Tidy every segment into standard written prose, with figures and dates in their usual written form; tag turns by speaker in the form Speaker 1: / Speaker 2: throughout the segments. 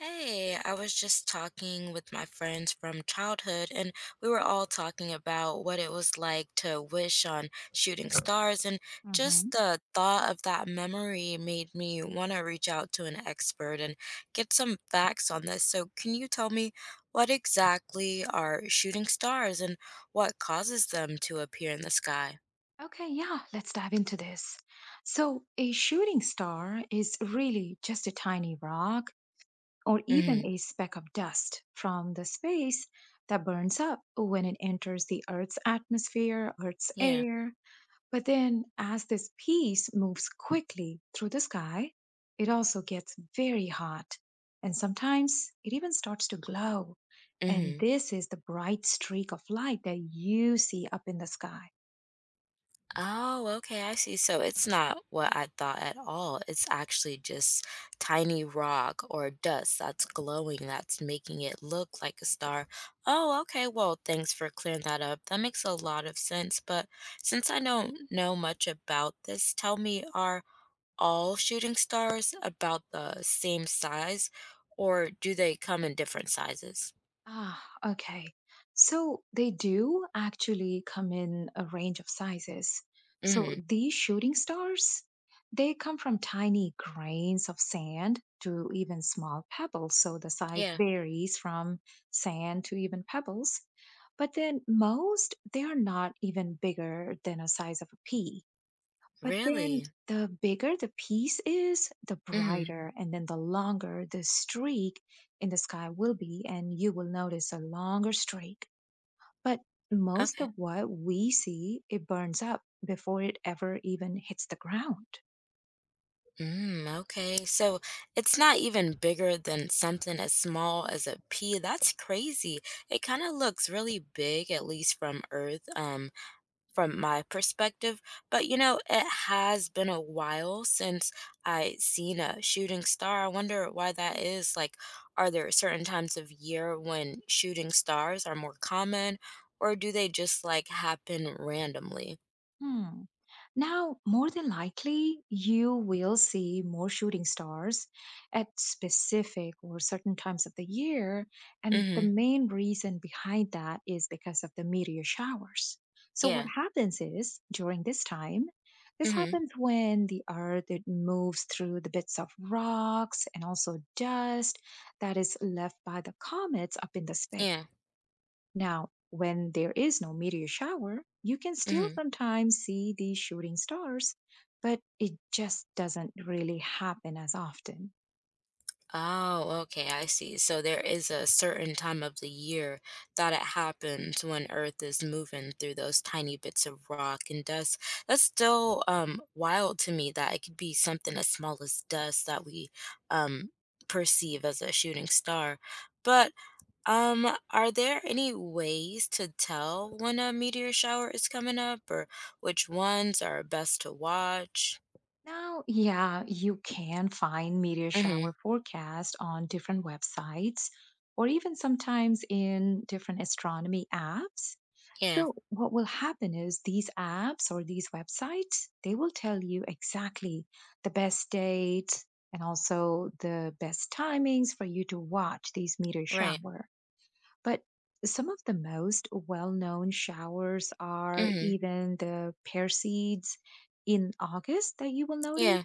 Speaker 1: Hey, I was just talking with my friends from childhood, and we were all talking about what it was like to wish on shooting stars. And
Speaker 2: Hmm.
Speaker 1: just the thought of that memory made me want to reach out to an expert and get some facts on this. So, can you tell me what exactly are shooting stars and what causes them to appear in the sky?
Speaker 2: Okay, yeah, let's dive into this. So, a shooting star is really just a tiny rock or
Speaker 1: Mm-hmm.
Speaker 2: even a speck of dust from the space that burns up when it enters the Earth's atmosphere, Earth's
Speaker 1: Yeah.
Speaker 2: air. But then, as this piece moves quickly through the sky, it also gets very hot. And sometimes it even starts to glow. And
Speaker 1: Mm-hmm.
Speaker 2: this is the bright streak of light that you see up in the sky.
Speaker 1: Oh, okay, I see. So it's not what I thought at all. It's actually just tiny rock or dust that's glowing, that's making it look like a star. Oh, okay. Well, thanks for clearing that up. That makes a lot of sense. But since I don't know much about this, tell me, are all shooting stars about the same size, or do they come in different sizes?
Speaker 2: Ah, okay. So they do actually come in a range of sizes. So
Speaker 1: Mm-hmm.
Speaker 2: these shooting stars, they come from tiny grains of sand to even small pebbles. So the size
Speaker 1: Yeah,
Speaker 2: varies from sand to even pebbles. But then most, they are not even bigger than a size of a pea. But
Speaker 1: really?
Speaker 2: then the bigger the piece is, the
Speaker 1: Mm-hmm.
Speaker 2: brighter, and then the longer the streak in the sky will be, and you will notice a longer streak. But most
Speaker 1: Okay.
Speaker 2: of what we see, it burns up before it ever even hits the ground.
Speaker 1: Mm, okay. So it's not even bigger than something as small as a pea. That's crazy. It kind of looks really big, at least from Earth, from my perspective. But you know, it has been a while since I seen a shooting star. I wonder why that is. Like, are there certain times of year when shooting stars are more common, or do they just like happen randomly?
Speaker 2: Hmm. Now, more than likely, you will see more shooting stars at specific or certain times of the year. And the
Speaker 1: Mm-hmm.
Speaker 2: main reason behind that is because of the meteor showers. So, what
Speaker 1: Yeah.
Speaker 2: happens is during this time, this
Speaker 1: Mm-hmm.
Speaker 2: happens when the earth it moves through the bits of rocks and also dust that is left by the comets up in the space.
Speaker 1: Yeah.
Speaker 2: Now, when there is no meteor shower, you can still
Speaker 1: Mm-hmm.
Speaker 2: sometimes see these shooting stars, but it just doesn't really happen as often.
Speaker 1: Oh, okay, I see. So there is a certain time of the year that it happens when Earth is moving through those tiny bits of rock and dust. That's still wild to me that it could be something as small as dust that we um perceive as a shooting star. But are there any ways to tell when a meteor shower is coming up or which ones are best to watch?
Speaker 2: Now, yeah, you can find meteor
Speaker 1: Mm-hmm.
Speaker 2: shower forecast on different websites or even sometimes in different astronomy apps.
Speaker 1: Yeah,
Speaker 2: So what will happen is these apps or these websites, they will tell you exactly the best date and also the best timings for you to watch these meteor
Speaker 1: right.
Speaker 2: shower. But some of the most well-known showers are
Speaker 1: Mm-hmm.
Speaker 2: even the Perseids in August that you will notice
Speaker 1: Yeah.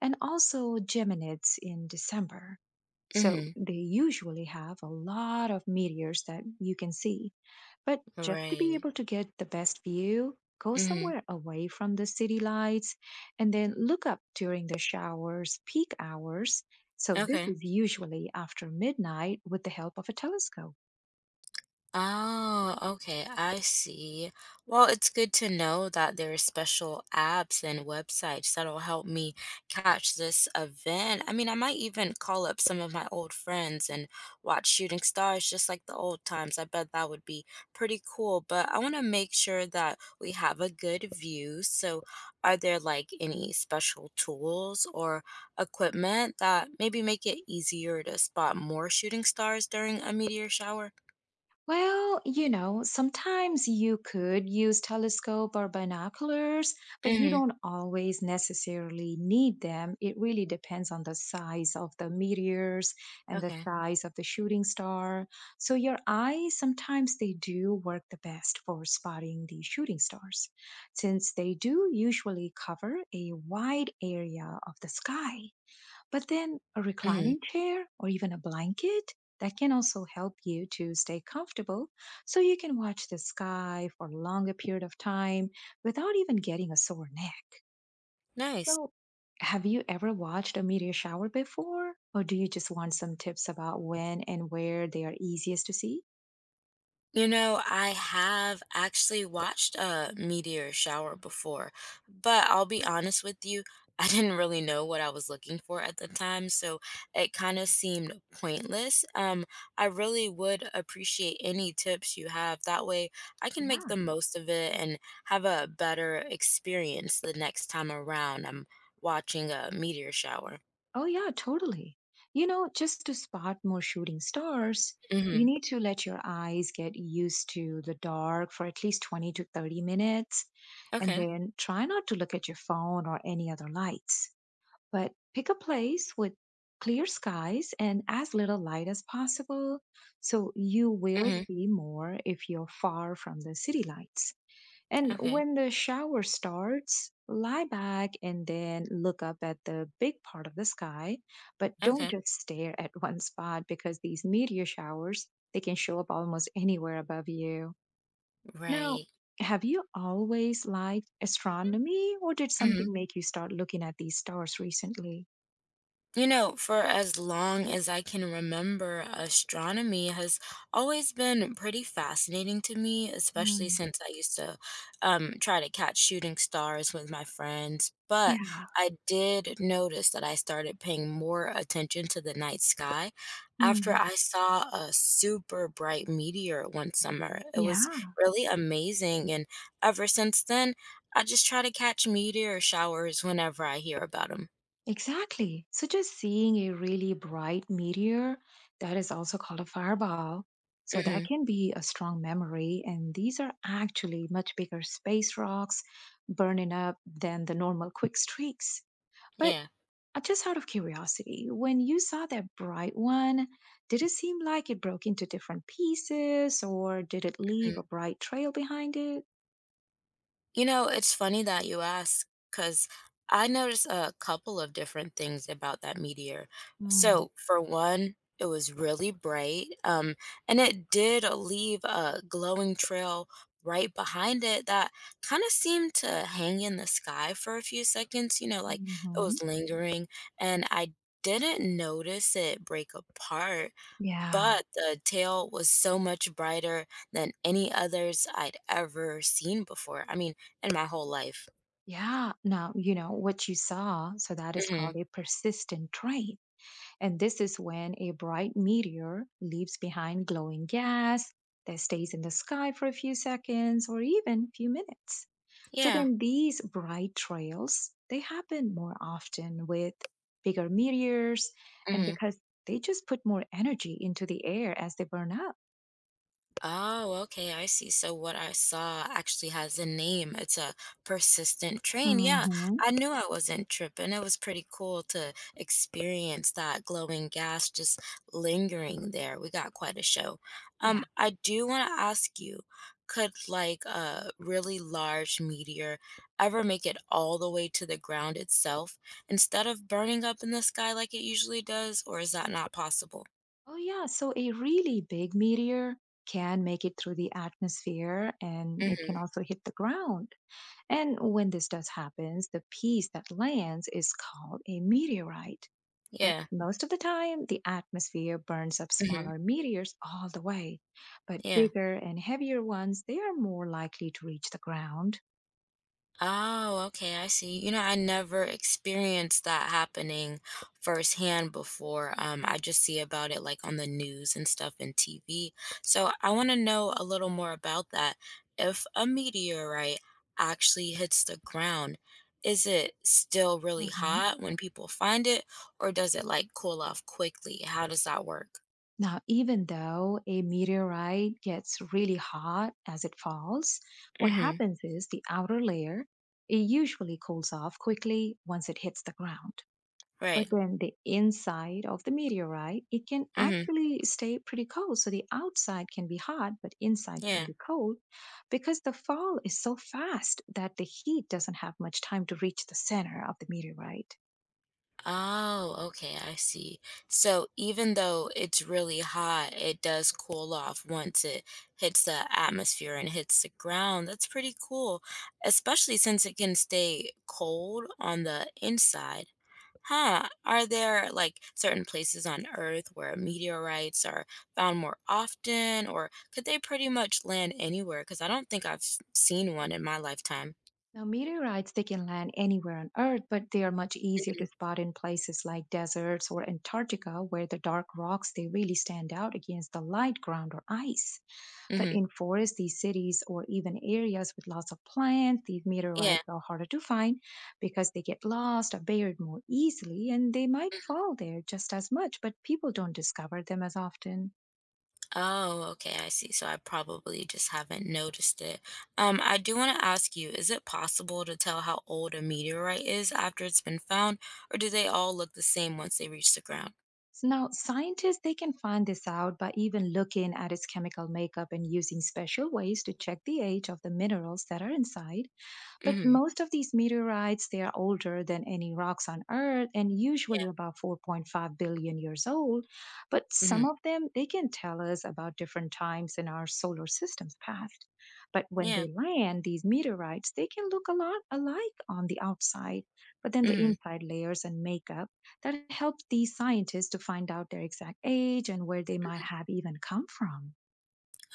Speaker 2: and also Geminids in December. So
Speaker 1: Mm-hmm.
Speaker 2: they usually have a lot of meteors that you can see. But just to be
Speaker 1: Right.
Speaker 2: able to get the best view, go
Speaker 1: Mhm.
Speaker 2: somewhere away from the city lights and then look up during the showers, peak hours. So this
Speaker 1: Okay.
Speaker 2: is usually after midnight with the help of a telescope.
Speaker 1: Oh, okay, I see. Well, it's good to know that there are special apps and websites that'll help me catch this event. I mean, I might even call up some of my old friends and watch Shooting Stars just like the old times. I bet that would be pretty cool, but I want to make sure that we have a good view. So, are there like any special tools or equipment that maybe make it easier to spot more shooting stars during a meteor shower?
Speaker 2: Well, you know, sometimes you could use telescope or binoculars, but you
Speaker 1: Mhm.
Speaker 2: don't always necessarily need them. It really depends on the size of the meteors and the
Speaker 1: Okay.
Speaker 2: size of the shooting star. So your eyes sometimes they do work the best for spotting the shooting stars, since they do usually cover a wide area of the sky. But then a
Speaker 1: Hmm.
Speaker 2: reclining chair or even a blanket that can also help you to stay comfortable so you can watch the sky for a longer period of time without even getting a sore neck.
Speaker 1: Nice.
Speaker 2: So, have you ever watched a meteor shower before? Or do you just want some tips about when and where they are easiest to see?
Speaker 1: You know, I have actually watched a meteor shower before, but I'll be honest with you, I didn't really know what I was looking for at the time, so it kind of seemed pointless. I really would appreciate any tips you have. That way, I can make the
Speaker 2: Yeah.
Speaker 1: most of it and have a better experience the next time around I'm watching a meteor shower.
Speaker 2: Oh, yeah, totally. You know, just to spot more shooting stars,
Speaker 1: Mm-hmm.
Speaker 2: you need to let your eyes get used to the dark for at least 20 to 30 minutes. And
Speaker 1: Okay.
Speaker 2: then try not to look at your phone or any other lights. But pick a place with clear skies and as little light as possible. So you will
Speaker 1: Mm-hmm.
Speaker 2: see more if you're far from the city lights. And
Speaker 1: Okay.
Speaker 2: when the shower starts, lie back and then look up at the big part of the sky, but don't
Speaker 1: Okay.
Speaker 2: just stare at one spot because these meteor showers, they can show up almost anywhere above you. Now,
Speaker 1: Right.
Speaker 2: have you always liked astronomy or did
Speaker 1: Mhm.
Speaker 2: something make you start looking at these stars recently?
Speaker 1: You know, for as long as I can remember, astronomy has always been pretty fascinating to me, especially
Speaker 2: Mm.
Speaker 1: since I used to try to catch shooting stars with my friends. But
Speaker 2: Yeah.
Speaker 1: I did notice that I started paying more attention to the night sky after
Speaker 2: Hmm.
Speaker 1: I saw a super bright meteor one summer. It was
Speaker 2: Yeah.
Speaker 1: really amazing. And ever since then, I just try to catch meteor showers whenever I hear about them.
Speaker 2: Exactly. So just seeing a really bright meteor that is also called a fireball. So that
Speaker 1: Hmm.
Speaker 2: can be a strong memory. And these are actually much bigger space rocks burning up than the normal quick streaks. But
Speaker 1: Yeah.
Speaker 2: just out of curiosity, when you saw that bright one, did it seem like it broke into different pieces or did it
Speaker 1: Mm-hmm.
Speaker 2: leave a bright trail behind it?
Speaker 1: You know, it's funny that you ask because I noticed a couple of different things about that meteor. So, for one, it was really bright, and it did leave a glowing trail right behind it that kind of seemed to hang in the sky for a few seconds, like it
Speaker 2: Mm-hmm.
Speaker 1: was lingering, and I didn't notice it break apart,
Speaker 2: Yeah.
Speaker 1: but the tail was so much brighter than any others I'd ever seen before. I mean, in my whole life.
Speaker 2: Yeah, now you know what you saw, so that is
Speaker 1: Mhm.
Speaker 2: called a persistent train. And this is when a bright meteor leaves behind glowing gas that stays in the sky for a few seconds or even few minutes. So
Speaker 1: Yeah.
Speaker 2: then these bright trails, they happen more often with bigger meteors and
Speaker 1: Mhm.
Speaker 2: because they just put more energy into the air as they burn up.
Speaker 1: Oh, okay, I see. So what I saw actually has a name. It's a persistent train. Yeah,
Speaker 2: Hmm.
Speaker 1: I knew I wasn't tripping. It was pretty cool to experience that glowing gas just lingering there. We got quite a show.
Speaker 2: Yeah.
Speaker 1: I do want to ask you, could like a really large meteor ever make it all the way to the ground itself instead of burning up in the sky like it usually does, or is that not possible?
Speaker 2: Oh, yeah. So a really big meteor can make it through the atmosphere and it can
Speaker 1: Mm-hmm.
Speaker 2: also hit the ground. And when this does happens, the piece that lands is called a meteorite. But
Speaker 1: Yeah.
Speaker 2: most of the time, the atmosphere burns up
Speaker 1: Mm-hmm.
Speaker 2: smaller meteors all the way. But
Speaker 1: Yeah.
Speaker 2: bigger and heavier ones, they are more likely to reach the ground.
Speaker 1: Oh, okay, I see. You know, I never experienced that happening firsthand before. I just see about it like on the news and stuff and TV. So I want to know a little more about that. If a meteorite actually hits the ground, is it still really hot when people find it, or does it like cool off quickly? How does that work?
Speaker 2: Now, even though a meteorite gets really hot as it falls, what
Speaker 1: Mm-hmm.
Speaker 2: happens is the outer layer, it usually cools off quickly once it hits the ground. But
Speaker 1: Right.
Speaker 2: then the inside of the meteorite, it can
Speaker 1: Mm-hmm.
Speaker 2: actually stay pretty cold. So the outside can be hot, but inside
Speaker 1: Yeah.
Speaker 2: can be cold because the fall is so fast that the heat doesn't have much time to reach the center of the meteorite.
Speaker 1: Oh, okay, I see. So even though it's really hot, it does cool off once it hits the atmosphere and hits the ground. That's pretty cool, especially since it can stay cold on the inside. Huh, are there like certain places on Earth where meteorites are found more often, or could they pretty much land anywhere? Because I don't think I've seen one in my lifetime.
Speaker 2: Now, meteorites, they can land anywhere on Earth, but they are much easier to spot in places like deserts or Antarctica, where the dark rocks, they really stand out against the light ground or ice.
Speaker 1: Hmm.
Speaker 2: But
Speaker 1: Hmm.
Speaker 2: in foresty cities or even areas with lots of plants, these
Speaker 1: Yeah.
Speaker 2: meteorites are harder to find because they get lost or buried more easily, and they might fall there just as much, but people don't discover them as often.
Speaker 1: Oh, okay, I see. So I probably just haven't noticed it. I do want to ask you, is it possible to tell how old a meteorite is after it's been found, or do they all look the same once they reach the ground?
Speaker 2: So now scientists they can find this out by even looking at its chemical makeup and using special ways to check the age of the minerals that are inside. But
Speaker 1: Mm-hmm.
Speaker 2: most of these meteorites, they are older than any rocks on Earth and
Speaker 1: Yeah.
Speaker 2: usually about 4.5 billion years old. But
Speaker 1: Mm-hmm.
Speaker 2: some of them, they can tell us about different times in our solar system's past. But when
Speaker 1: Yeah.
Speaker 2: they land, these meteorites, they can look a lot alike on the outside, but then the
Speaker 1: Mm-hmm.
Speaker 2: inside layers and makeup that helps these scientists to find out their exact age and where they might have even come from.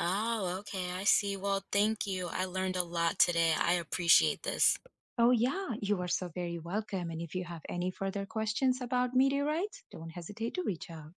Speaker 1: Oh, okay, I see. Well, thank you. I learned a lot today. I appreciate this.
Speaker 2: Oh, yeah, you are so very welcome. And if you have any further questions about meteorites, don't hesitate to reach out.